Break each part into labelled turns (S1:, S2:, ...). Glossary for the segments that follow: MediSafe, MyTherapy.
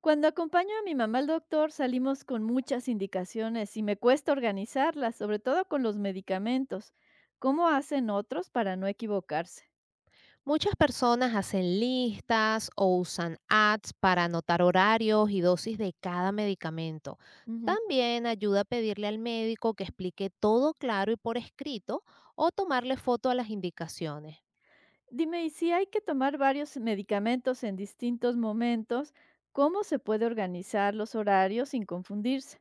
S1: Cuando acompaño a mi mamá al doctor, salimos con muchas indicaciones y me cuesta organizarlas, sobre todo con los medicamentos. ¿Cómo hacen otros para no equivocarse?
S2: Muchas personas hacen listas o usan apps para anotar horarios y dosis de cada medicamento.
S1: Ujú.
S2: También ayuda a pedirle al médico que explique todo claro y por escrito o tomarle foto a las indicaciones.
S1: Dime, y si hay que tomar varios medicamentos en distintos momentos, ¿cómo se puede organizar los horarios sin confundirse?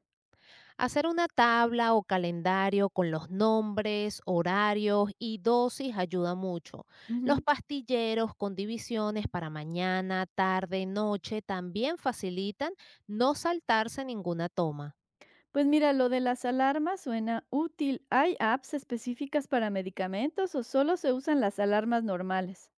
S2: Hacer una tabla o calendario con los nombres, horarios y dosis ayuda mucho. Los
S1: Ujú.
S2: pastilleros con divisiones para mañana, tarde, noche también facilitan no saltarse ninguna toma.
S1: Pues mira, lo de las alarmas suena útil. ¿Hay apps específicas para medicamentos o solo se usan las alarmas normales?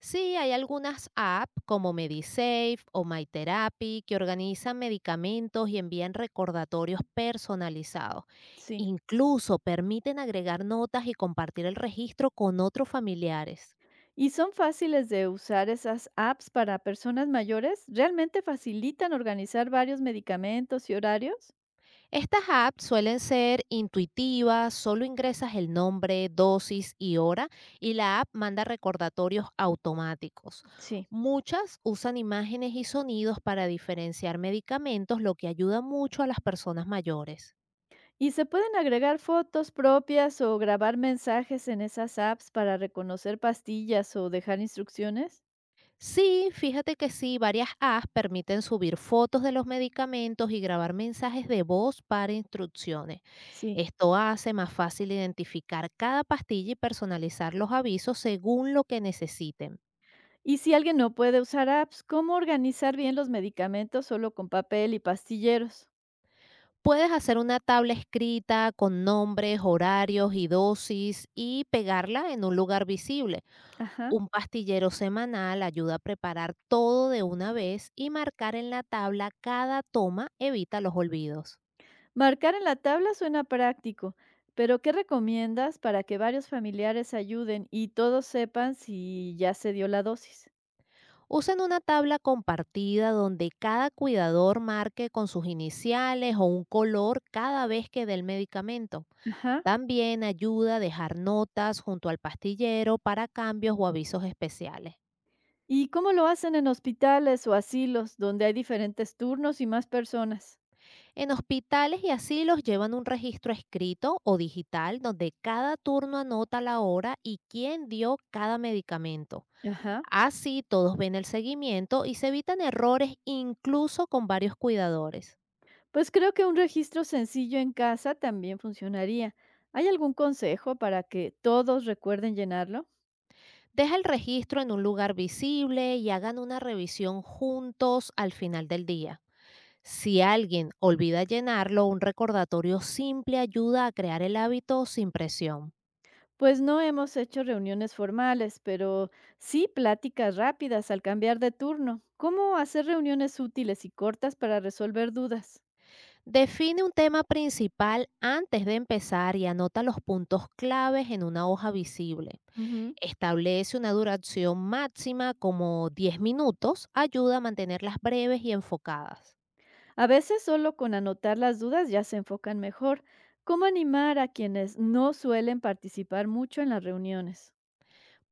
S2: Sí, hay algunas apps como MediSafe o MyTherapy que organizan medicamentos y envían recordatorios personalizados.
S1: Sí.
S2: Incluso permiten agregar notas y compartir el registro con otros familiares.
S1: ¿Y son fáciles de usar esas apps para personas mayores? ¿Realmente facilitan organizar varios medicamentos y horarios?
S2: Estas apps suelen ser intuitivas, solo ingresas el nombre, dosis y hora y la app manda recordatorios automáticos.
S1: Sí.
S2: Muchas usan imágenes y sonidos para diferenciar medicamentos, lo que ayuda mucho a las personas mayores.
S1: ¿Y se pueden agregar fotos propias o grabar mensajes en esas apps para reconocer pastillas o dejar instrucciones?
S2: Sí, fíjate que sí, varias apps permiten subir fotos de los medicamentos y grabar mensajes de voz para instrucciones.
S1: Sí.
S2: Esto hace más fácil identificar cada pastilla y personalizar los avisos según lo que necesiten.
S1: Y si alguien no puede usar apps, ¿cómo organizar bien los medicamentos solo con papel y pastilleros?
S2: Puedes hacer una tabla escrita con nombres, horarios y dosis y pegarla en un lugar visible.
S1: Ajá.
S2: Un pastillero semanal ayuda a preparar todo de una vez y marcar en la tabla cada toma evita los olvidos.
S1: Marcar en la tabla suena práctico, pero ¿qué recomiendas para que varios familiares ayuden y todos sepan si ya se dio la dosis?
S2: Usen una tabla compartida donde cada cuidador marque con sus iniciales o un color cada vez que dé el medicamento.
S1: Ajá.
S2: También ayuda a dejar notas junto al pastillero para cambios o avisos especiales.
S1: ¿Y cómo lo hacen en hospitales o asilos donde hay diferentes turnos y más personas?
S2: En hospitales y asilos llevan un registro escrito o digital donde cada turno anota la hora y quién dio cada medicamento.
S1: Ajá.
S2: Así todos ven el seguimiento y se evitan errores incluso con varios cuidadores.
S1: Pues creo que un registro sencillo en casa también funcionaría. ¿Hay algún consejo para que todos recuerden llenarlo?
S2: Deja el registro en un lugar visible y hagan una revisión juntos al final del día. Si alguien olvida llenarlo, un recordatorio simple ayuda a crear el hábito sin presión.
S1: Pues no hemos hecho reuniones formales, pero sí pláticas rápidas al cambiar de turno. ¿Cómo hacer reuniones útiles y cortas para resolver dudas?
S2: Define un tema principal antes de empezar y anota los puntos claves en una hoja visible.
S1: Ujú.
S2: Establece una duración máxima como 10 minutos, ayuda a mantenerlas breves y enfocadas.
S1: A veces solo con anotar las dudas ya se enfocan mejor. ¿Cómo animar a quienes no suelen participar mucho en las reuniones?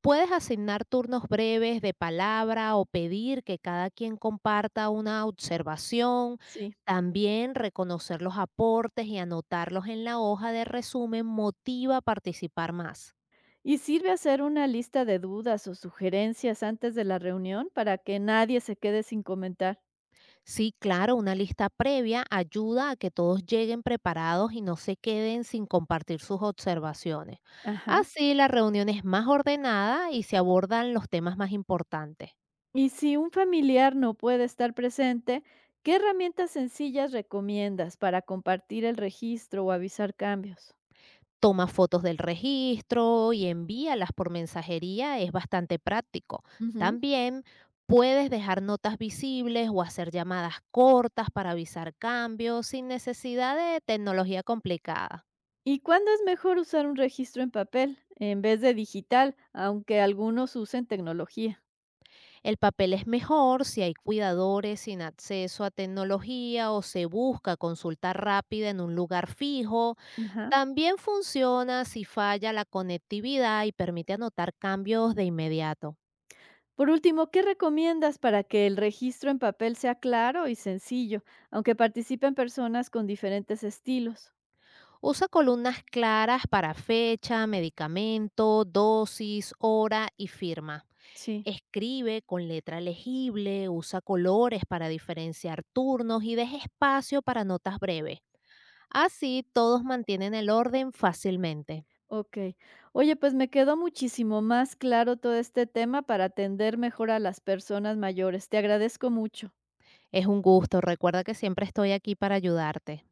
S2: Puedes asignar turnos breves de palabra o pedir que cada quien comparta una observación.
S1: Sí.
S2: También reconocer los aportes y anotarlos en la hoja de resumen motiva a participar más.
S1: ¿Y sirve hacer una lista de dudas o sugerencias antes de la reunión para que nadie se quede sin comentar?
S2: Sí, claro, una lista previa ayuda a que todos lleguen preparados y no se queden sin compartir sus observaciones.
S1: Ajá.
S2: Así la reunión es más ordenada y se abordan los temas más importantes.
S1: Y si un familiar no puede estar presente, ¿qué herramientas sencillas recomiendas para compartir el registro o avisar cambios?
S2: Toma fotos del registro y envíalas por mensajería, es bastante práctico.
S1: Ujú.
S2: También puedes dejar notas visibles o hacer llamadas cortas para avisar cambios sin necesidad de tecnología complicada.
S1: ¿Y cuándo es mejor usar un registro en papel en vez de digital, aunque algunos usen tecnología?
S2: El papel es mejor si hay cuidadores sin acceso a tecnología o se busca consulta rápida en un lugar fijo.
S1: Ajá.
S2: También funciona si falla la conectividad y permite anotar cambios de inmediato.
S1: Por último, ¿qué recomiendas para que el registro en papel sea claro y sencillo, aunque participen personas con diferentes estilos?
S2: Usa columnas claras para fecha, medicamento, dosis, hora y firma.
S1: Sí.
S2: Escribe con letra legible, usa colores para diferenciar turnos y deja espacio para notas breves. Así todos mantienen el orden fácilmente.
S1: Okey. Oye, pues me quedó muchísimo más claro todo este tema para atender mejor a las personas mayores. Te agradezco mucho.
S2: Es un gusto, recuerda que siempre estoy aquí para ayudarte.